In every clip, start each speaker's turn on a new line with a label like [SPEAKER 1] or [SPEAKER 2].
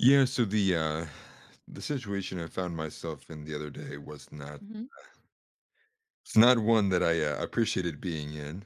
[SPEAKER 1] Yeah, so the situation I found myself in the other day was
[SPEAKER 2] Mhm.
[SPEAKER 1] not one that I appreciated being in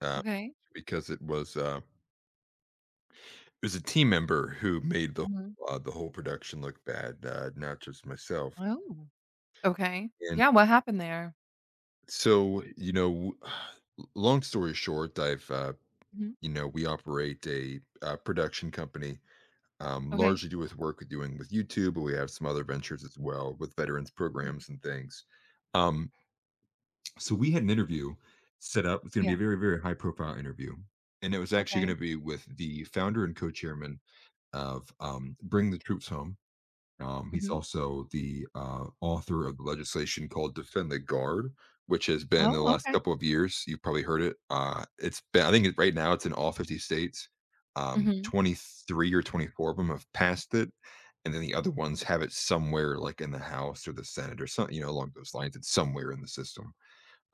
[SPEAKER 1] uh,
[SPEAKER 2] Okay.
[SPEAKER 1] because it was a team member who made
[SPEAKER 2] Mhm.
[SPEAKER 1] the whole production look bad, not just myself.
[SPEAKER 2] Oh, okay.
[SPEAKER 1] And
[SPEAKER 2] Yeah, what happened there?
[SPEAKER 1] so, long story short,
[SPEAKER 2] Mhm.
[SPEAKER 1] we operate a production company,
[SPEAKER 2] Okay.
[SPEAKER 1] largely do with work we're doing with YouTube, but we have some other ventures as well with veterans
[SPEAKER 2] Mhm.
[SPEAKER 1] programs and things. Um So we had an interview set up. It's going to be
[SPEAKER 2] Yeah,
[SPEAKER 1] a very, very high profile interview. And it was actually
[SPEAKER 2] okay.
[SPEAKER 1] going to be with the founder and co chairman of Bring the Troops Home. He's
[SPEAKER 2] Mhm.
[SPEAKER 1] also the author of the legislation called Defend the Guard, which has been in the
[SPEAKER 2] Oh,
[SPEAKER 1] last
[SPEAKER 2] okay.
[SPEAKER 1] couple of years. You've probably heard it. It's been, I think it, Right now it's in all 50 states.
[SPEAKER 2] Mhm.
[SPEAKER 1] 23 or 24 of them have passed it. And then the other ones have it somewhere like in the House or the Senate or something, you know, along those lines. It's somewhere in the system.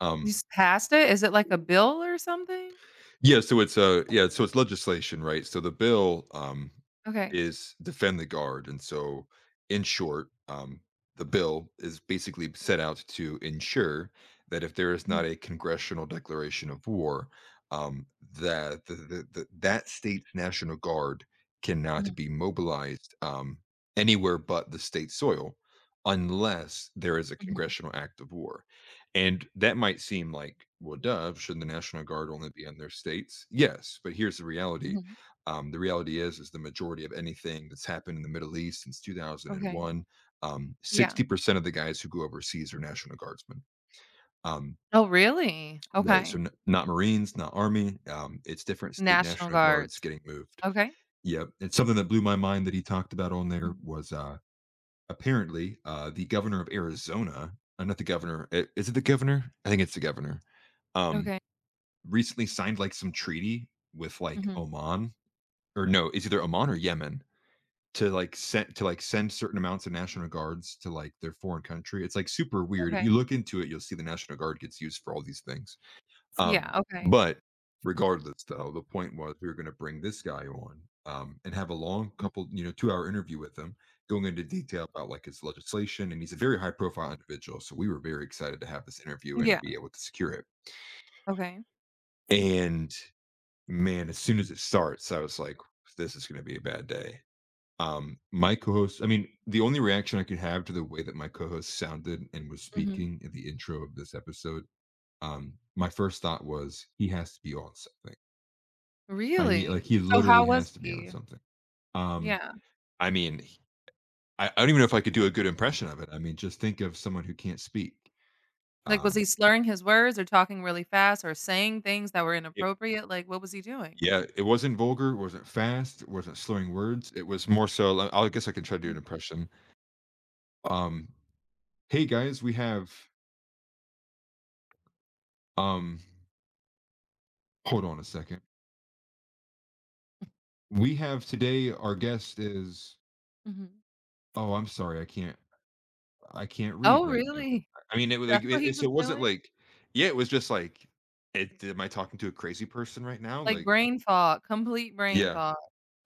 [SPEAKER 1] Um,
[SPEAKER 2] You just passed it? Is it like a bill or something?
[SPEAKER 1] Yeah, so it's legislation, right? So the bill
[SPEAKER 2] Okay.
[SPEAKER 1] is defend the guard. And so in short, the bill is basically set out to ensure that if there is
[SPEAKER 2] Mhm,
[SPEAKER 1] not a congressional declaration of war, um that that state's national guard cannot
[SPEAKER 2] mhm,
[SPEAKER 1] be mobilized anywhere but the state soil unless there is a
[SPEAKER 2] mhm,
[SPEAKER 1] congressional act of war. And that might seem like, well, duh, shouldn't the National Guard only be in their states? Yes, but here's the reality.
[SPEAKER 2] mhm.
[SPEAKER 1] The reality is the majority of anything that's happened in the Middle East since
[SPEAKER 2] Okay.
[SPEAKER 1] 2001,
[SPEAKER 2] Yeah.
[SPEAKER 1] 60% of the guys who go overseas are National Guardsmen. Um,
[SPEAKER 2] Oh, really?
[SPEAKER 1] right.
[SPEAKER 2] Okay.
[SPEAKER 1] So not Marines, not Army. It's different state
[SPEAKER 2] National
[SPEAKER 1] National Guards
[SPEAKER 2] Guards.
[SPEAKER 1] getting moved.
[SPEAKER 2] Okay.
[SPEAKER 1] Yep. And something that blew my mind that he talked about on there
[SPEAKER 2] Mhm.
[SPEAKER 1] was apparently the governor of Arizona, not the governor. Is it the governor? I think it's the governor Um,
[SPEAKER 2] Okay.
[SPEAKER 1] Recently signed like some treaty with like
[SPEAKER 2] Mhm.
[SPEAKER 1] Oman or no, it's either Oman or Yemen to like send certain amounts of National Guards to like their foreign country. It's like super weird. If you
[SPEAKER 2] Okay.
[SPEAKER 1] look into it, you'll see the National Guard gets used for all these things. Um,
[SPEAKER 2] Yeah, okay.
[SPEAKER 1] but regardless, though, the point was we were going to bring this guy on and have a long
[SPEAKER 2] Mhm.
[SPEAKER 1] couple, you know, 2 hour interview with him, going into detail about like his legislation. And he's a very high profile individual, so we were very excited to have this interview
[SPEAKER 2] Yeah,
[SPEAKER 1] and be able to secure it.
[SPEAKER 2] okay.
[SPEAKER 1] And man, as soon as it starts, I was like, "This is gonna be a bad day." My co-host I mean, The only reaction I could have to the way that my co-host sounded and was
[SPEAKER 2] Mhm.
[SPEAKER 1] speaking in the intro of this episode, my first thought was, "He has to be on something."
[SPEAKER 2] Really?
[SPEAKER 1] He
[SPEAKER 2] So how
[SPEAKER 1] literally
[SPEAKER 2] was
[SPEAKER 1] has to be on
[SPEAKER 2] he?
[SPEAKER 1] something. Um,
[SPEAKER 2] Yeah.
[SPEAKER 1] I mean, I I don't even know if I could do a good impression of it. I mean, just think of someone who can't speak.
[SPEAKER 2] Like, was
[SPEAKER 1] Um,
[SPEAKER 2] he slurring his words or talking really fast or saying things that were
[SPEAKER 1] it
[SPEAKER 2] inappropriate? Like, what was he doing?
[SPEAKER 1] Yeah, it wasn't vulgar, it wasn't fast, it wasn't slurring words, it was more so li I guess I can try to do an
[SPEAKER 2] Mhm,
[SPEAKER 1] impression. Um Hey guys, we have um hold on a second. We have today our guest is
[SPEAKER 2] mhm.
[SPEAKER 1] oh, I'm sorry. I can't read
[SPEAKER 2] Oh,
[SPEAKER 1] right now.
[SPEAKER 2] really?
[SPEAKER 1] I mean, it was like
[SPEAKER 2] That's what he
[SPEAKER 1] so
[SPEAKER 2] was
[SPEAKER 1] it wasn't
[SPEAKER 2] doing?
[SPEAKER 1] like yeah, it was just like it, am I talking to a crazy person right now?
[SPEAKER 2] Like,
[SPEAKER 1] Like
[SPEAKER 2] brain fog, complete brain
[SPEAKER 1] yeah.
[SPEAKER 2] fog.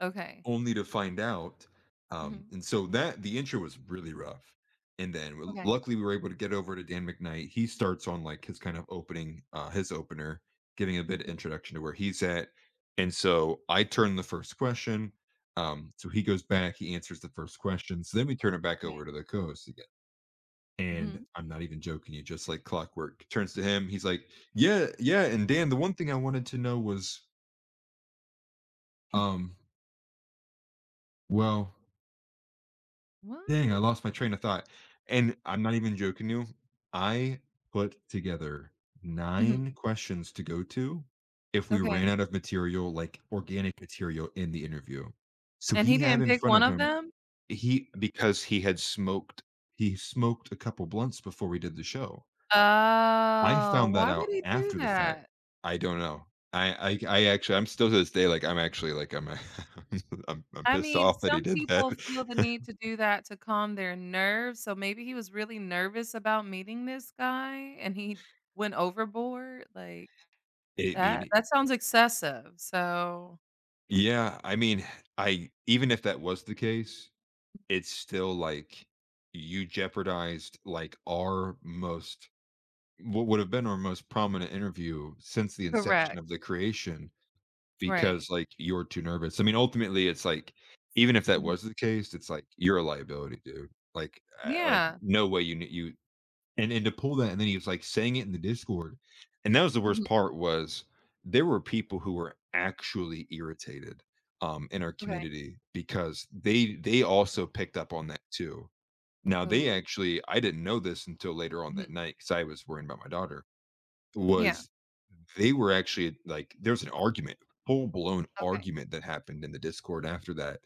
[SPEAKER 2] Okay.
[SPEAKER 1] Only to find out,
[SPEAKER 2] Mhm.
[SPEAKER 1] and so that the intro was really rough, and then w
[SPEAKER 2] Okay.
[SPEAKER 1] luckily, we were able to get over to Dan McKnight. He starts on, like, his kind of opening, his opener, giving a bit of
[SPEAKER 2] Mhm.
[SPEAKER 1] introduction to where he's at, and so I turn the first question, so he goes back, he answers the first question, so then we turn it back over to
[SPEAKER 2] Okay.
[SPEAKER 1] the co-host again, and
[SPEAKER 2] Mhm.
[SPEAKER 1] I'm not even joking you, just like clockwork, turns to him, he's like, "Yeah, yeah, and Dan, the one thing I wanted to know was, um, well"
[SPEAKER 2] What?
[SPEAKER 1] Dang, I lost my train of thought. And I'm not even joking you. I put together
[SPEAKER 2] Mhm.
[SPEAKER 1] 9 questions to go to if we
[SPEAKER 2] Okay.
[SPEAKER 1] ran out of material, like organic material in the interview. So
[SPEAKER 2] And he
[SPEAKER 1] he had
[SPEAKER 2] didn't
[SPEAKER 1] in
[SPEAKER 2] pick
[SPEAKER 1] front
[SPEAKER 2] one
[SPEAKER 1] of
[SPEAKER 2] of
[SPEAKER 1] him
[SPEAKER 2] them?
[SPEAKER 1] he because he had smoked he smoked a couple blunts before we did the show. I
[SPEAKER 2] Oh,
[SPEAKER 1] found that
[SPEAKER 2] why would
[SPEAKER 1] out
[SPEAKER 2] he do
[SPEAKER 1] after the fact.
[SPEAKER 2] that?
[SPEAKER 1] I don't know. I'm still to this day, like, I'm actually like, I'm I'm
[SPEAKER 2] I
[SPEAKER 1] pissed
[SPEAKER 2] mean,
[SPEAKER 1] off that he
[SPEAKER 2] some
[SPEAKER 1] did that.
[SPEAKER 2] people feel the need to do that to calm their nerves, so maybe he was really nervous about meeting this guy and he went overboard, like,
[SPEAKER 1] I
[SPEAKER 2] that
[SPEAKER 1] mean,
[SPEAKER 2] that sounds excessive, so
[SPEAKER 1] Yeah, I mean, I Even if that was the case, it's still like you jeopardized like our most what would have been our most prominent interview since the inception
[SPEAKER 2] correct,
[SPEAKER 1] of the creation
[SPEAKER 2] right.
[SPEAKER 1] because like you're too nervous. I mean, ultimately, it's like even if that
[SPEAKER 2] Mhm.
[SPEAKER 1] was the case, it's like you're a liability, dude. Like
[SPEAKER 2] Yeah.
[SPEAKER 1] no way you you. And to pull that and then he was like saying it in the discord and that was the
[SPEAKER 2] Mhm,
[SPEAKER 1] worst part was there were people who were actually irritated in our
[SPEAKER 2] okay.
[SPEAKER 1] community because they also picked up on that too. Now they
[SPEAKER 2] Oh,
[SPEAKER 1] actually, I didn't know this until later on that
[SPEAKER 2] mhm.
[SPEAKER 1] night because I was worrying about my daughter
[SPEAKER 2] Yeah,
[SPEAKER 1] was they were actually like there was an argument, full blown
[SPEAKER 2] okay.
[SPEAKER 1] argument that happened in the discord after that.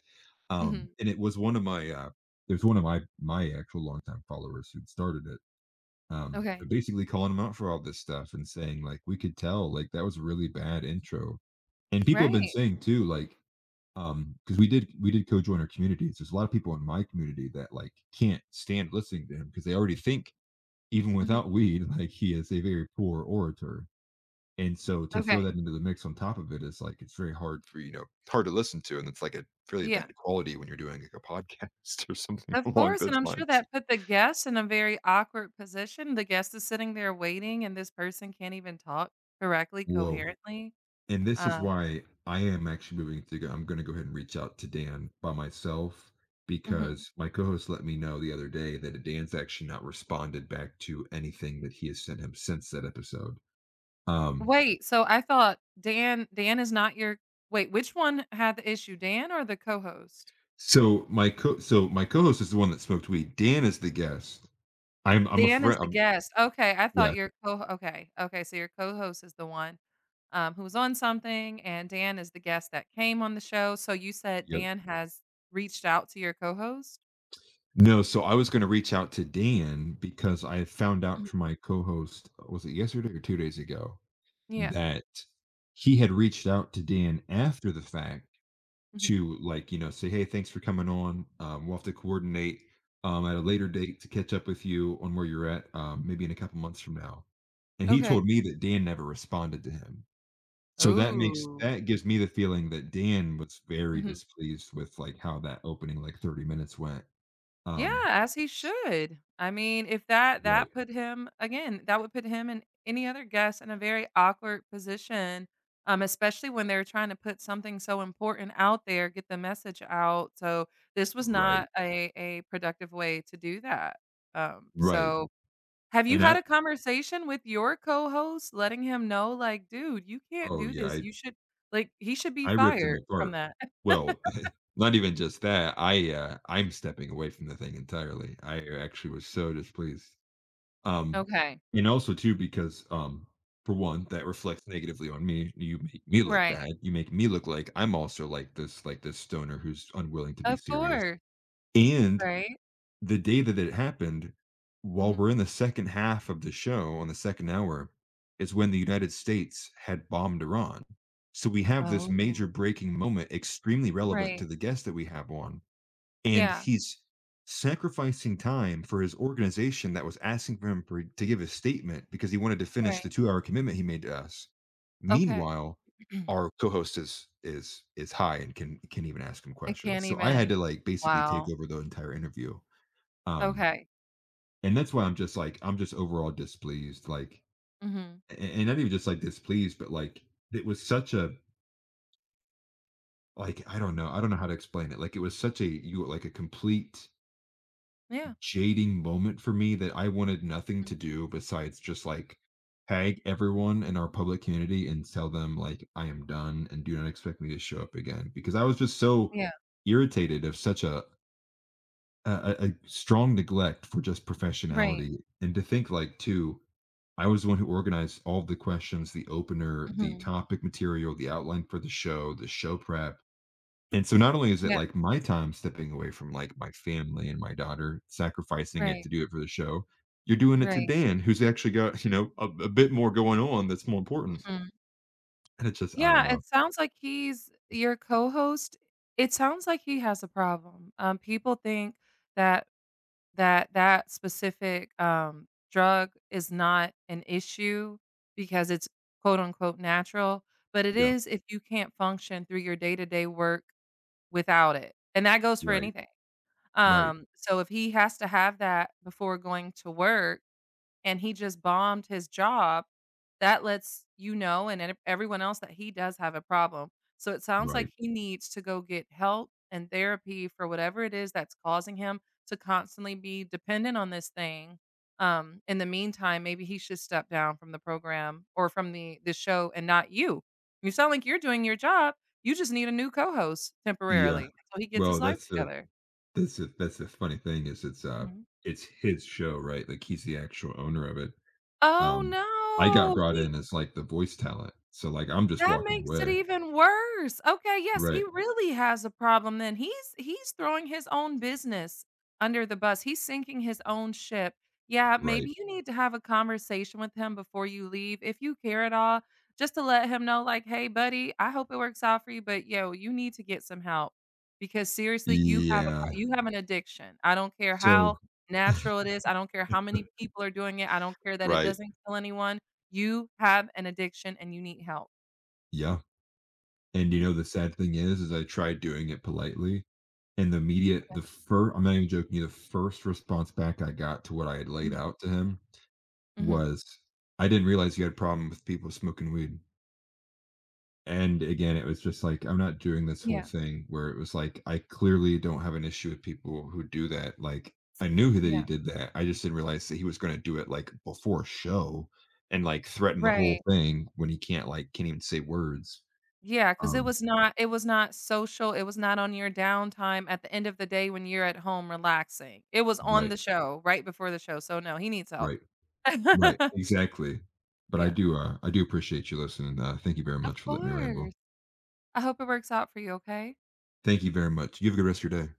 [SPEAKER 2] Mhm,
[SPEAKER 1] And it was one of my there's one of my my actual longtime followers who started it,
[SPEAKER 2] okay.
[SPEAKER 1] but basically calling him out for all this stuff and saying, like, "We could tell, like, that was a really bad intro." And people have been
[SPEAKER 2] Right.
[SPEAKER 1] saying too, like, because we did co-join our communities. There's a lot of people in my community that, like, can't stand listening to him because they already think, even
[SPEAKER 2] Mhm,
[SPEAKER 1] without weed, like, he is a very poor orator. And so to throw
[SPEAKER 2] okay.
[SPEAKER 1] that into the mix on top of it is, like, it's very hard for, hard to listen to, and it's, like, a really
[SPEAKER 2] Yeah.
[SPEAKER 1] bad quality when you're doing, like, a podcast or something
[SPEAKER 2] Of
[SPEAKER 1] along
[SPEAKER 2] course, and
[SPEAKER 1] those
[SPEAKER 2] I'm sure
[SPEAKER 1] lines.
[SPEAKER 2] that put the guest in a very awkward position. The guest is sitting there waiting, and this person can't even talk correctly,
[SPEAKER 1] Whoa.
[SPEAKER 2] coherently.
[SPEAKER 1] And this is
[SPEAKER 2] Um,
[SPEAKER 1] why I am actually moving to go. I'm going to go ahead and reach out to Dan by myself
[SPEAKER 2] mhm.
[SPEAKER 1] because my co-host let me know the other day that Dan's actually not responded back to anything that he has sent him since that episode. Um,
[SPEAKER 2] Wait, so I thought Dan is not your wait, which one had the issue, Dan or the co-host?
[SPEAKER 1] so my co-host is the one that smoked weed. Dan is the guest. I'm a
[SPEAKER 2] Dan is
[SPEAKER 1] friend.
[SPEAKER 2] the
[SPEAKER 1] I'm,
[SPEAKER 2] guest. Okay, I thought
[SPEAKER 1] yeah,
[SPEAKER 2] your co okay, okay, so your co-host is the one who was on something, and Dan is the guest that came on the show. So you said
[SPEAKER 1] yep.
[SPEAKER 2] Dan has reached out to your co-host?
[SPEAKER 1] No, so I was going to reach out to Dan because I found
[SPEAKER 2] Mhm.
[SPEAKER 1] out from my co-host was it yesterday or 2 days ago
[SPEAKER 2] Yeah.
[SPEAKER 1] that he had reached out to Dan after the fact
[SPEAKER 2] Mhm.
[SPEAKER 1] to, like, you know, say, "Hey, thanks for coming on. We'll have to coordinate, at a later date to catch up with you on where you're at, maybe in a couple months from now." And he
[SPEAKER 2] Okay.
[SPEAKER 1] told me that Dan never responded to him.
[SPEAKER 2] Oh,
[SPEAKER 1] That gives me the feeling that Dan was very
[SPEAKER 2] mhm.
[SPEAKER 1] displeased with, like, how that opening, like, 30 minutes went.
[SPEAKER 2] Yeah,
[SPEAKER 1] Um,
[SPEAKER 2] as he should. I mean, if that
[SPEAKER 1] right,
[SPEAKER 2] that put him again, that would put him and any other guest in a very awkward position, especially when they're trying to put something so important out there, get the message out. So this was
[SPEAKER 1] right,
[SPEAKER 2] not a productive way to do that.
[SPEAKER 1] right.
[SPEAKER 2] So have you
[SPEAKER 1] And
[SPEAKER 2] had
[SPEAKER 1] I
[SPEAKER 2] a conversation with your co-host letting him know like, "Dude, you can't
[SPEAKER 1] oh,
[SPEAKER 2] do this.
[SPEAKER 1] yeah.
[SPEAKER 2] You should like he should be
[SPEAKER 1] I ripped him
[SPEAKER 2] fired from
[SPEAKER 1] apart.
[SPEAKER 2] that."
[SPEAKER 1] Well, not even just that, I, I'm stepping away from the thing entirely. I actually was so displeased. Um,
[SPEAKER 2] Okay.
[SPEAKER 1] and also too because, for one, that reflects negatively on me. You make me look
[SPEAKER 2] Right.
[SPEAKER 1] bad. You make me look like I'm also like this stoner who's unwilling to be
[SPEAKER 2] Of
[SPEAKER 1] serious.
[SPEAKER 2] course,
[SPEAKER 1] And
[SPEAKER 2] right?
[SPEAKER 1] the day that it happened, while
[SPEAKER 2] Mhm,
[SPEAKER 1] we're in the second half of the show on the second
[SPEAKER 2] mhm.
[SPEAKER 1] hour, is when the United States had bombed Iran. So we have this major
[SPEAKER 2] Oh,
[SPEAKER 1] breaking moment, extremely relevant
[SPEAKER 2] right.
[SPEAKER 1] to the guest that we have on. And
[SPEAKER 2] Yeah,
[SPEAKER 1] he's sacrificing time for his organization that was asking for him for, to give a statement because he wanted to finish
[SPEAKER 2] right.
[SPEAKER 1] the 2 hour commitment he made to us.
[SPEAKER 2] Okay.
[SPEAKER 1] Meanwhile, our co-host is high and can even ask him
[SPEAKER 2] I
[SPEAKER 1] questions.
[SPEAKER 2] can't
[SPEAKER 1] So I had
[SPEAKER 2] even
[SPEAKER 1] to like basically take
[SPEAKER 2] wow.
[SPEAKER 1] over the entire interview, um,
[SPEAKER 2] Okay.
[SPEAKER 1] and that's why I'm just like I'm just overall displeased, like,
[SPEAKER 2] Mhm.
[SPEAKER 1] and not even just like displeased, but like it was such a like I don't know how to explain it. Like it was such a you like a complete
[SPEAKER 2] Yeah.
[SPEAKER 1] jading moment for me that I wanted nothing
[SPEAKER 2] Mhm.
[SPEAKER 1] to do besides just like tag everyone in our public community and tell them like I am done and do not expect me to show up again because I was just so
[SPEAKER 2] Yeah,
[SPEAKER 1] irritated of such a a strong neglect for just
[SPEAKER 2] right.
[SPEAKER 1] professionality and to think like too I was the one who organized all the questions, the opener, the
[SPEAKER 2] Mhm.
[SPEAKER 1] topic material, the outline for the show prep. And so not only is it
[SPEAKER 2] Yeah,
[SPEAKER 1] like my time stepping away from like my family and my daughter, sacrificing it
[SPEAKER 2] right,
[SPEAKER 1] to do it for the show, you're doing it to
[SPEAKER 2] right.
[SPEAKER 1] Dan, who's actually got, you know, a bit more going on that's more important.
[SPEAKER 2] Mhm.
[SPEAKER 1] And it's just, I don't
[SPEAKER 2] Yeah, it
[SPEAKER 1] know.
[SPEAKER 2] sounds like he's your co-host. It sounds like he has a problem. People think that that specific, drug is not an issue because it's quote unquote "natural," but it
[SPEAKER 1] Yeah.
[SPEAKER 2] is if you can't function through your day-to-day work without it, and that goes for
[SPEAKER 1] Right.
[SPEAKER 2] anything.
[SPEAKER 1] Right.
[SPEAKER 2] So if he has to have that before going to work and he just bombed his job, that lets you know and ev everyone else that he does have a problem. So it sounds like
[SPEAKER 1] Right.
[SPEAKER 2] he needs to go get help and therapy for whatever it is that's causing him to constantly be dependent on this thing. In the meantime, maybe he should step down from the program or from the show and not you. You sound like you're doing your job. You just need a new co-host temporarily
[SPEAKER 1] Yeah.
[SPEAKER 2] until he gets his
[SPEAKER 1] Well,
[SPEAKER 2] life
[SPEAKER 1] that's the
[SPEAKER 2] together.
[SPEAKER 1] that's the that's the funny thing is
[SPEAKER 2] Mhm.
[SPEAKER 1] it's his show, right? Like he's the actual owner of it.
[SPEAKER 2] Oh,
[SPEAKER 1] Um, I got
[SPEAKER 2] no.
[SPEAKER 1] brought
[SPEAKER 2] He
[SPEAKER 1] in as, like, the voice talent, so, like, I'm just
[SPEAKER 2] that
[SPEAKER 1] walking
[SPEAKER 2] makes it
[SPEAKER 1] away.
[SPEAKER 2] even worse. Okay, yes, he
[SPEAKER 1] Right,
[SPEAKER 2] really has a problem then. He's throwing his own business under the bus. He's sinking his own ship. Yeah,
[SPEAKER 1] right.
[SPEAKER 2] maybe you need to have a conversation with him before you leave if you care at all, just to let him know like, "Hey buddy, I hope it works out for you, but yo, you need to get some help because seriously, you have a
[SPEAKER 1] Yeah.
[SPEAKER 2] pro you have an addiction. I don't care how
[SPEAKER 1] So
[SPEAKER 2] natural it is. I don't care how many people are doing it. I don't care that it
[SPEAKER 1] right.
[SPEAKER 2] doesn't kill anyone. You have an addiction and you need help."
[SPEAKER 1] Yeah. And, you
[SPEAKER 2] Mhm.
[SPEAKER 1] know, the sad thing is I tried doing it politely, and the media, the 1st I'm not even joking you, the first response back I got to what I had laid
[SPEAKER 2] Mhm.
[SPEAKER 1] out to him
[SPEAKER 2] Mhm.
[SPEAKER 1] was, "I didn't realize you had a problem with people smoking weed." And again, it was just like, I'm not doing this whole
[SPEAKER 2] Yeah.
[SPEAKER 1] thing where it was like, I clearly don't have an issue with people who do that. Like, I knew that
[SPEAKER 2] Yeah.
[SPEAKER 1] he did that. I just didn't realize that he was going to do it like before a show and like threaten the whole
[SPEAKER 2] Right.
[SPEAKER 1] thing when he can't, like, can't even say words.
[SPEAKER 2] Yeah. Because it
[SPEAKER 1] Um,
[SPEAKER 2] was not it was not social, it was not on your downtime at the end of the day when you're at home relaxing. It was on
[SPEAKER 1] right,
[SPEAKER 2] the show, right before the show, so no, he needs help.
[SPEAKER 1] right, right. Exactly. But
[SPEAKER 2] Yeah.
[SPEAKER 1] I do appreciate you listening. Thank you very
[SPEAKER 2] Of
[SPEAKER 1] much for letting me ramble.
[SPEAKER 2] course. I hope it works out for you, okay?
[SPEAKER 1] Thank you very much. You have a good rest of your day.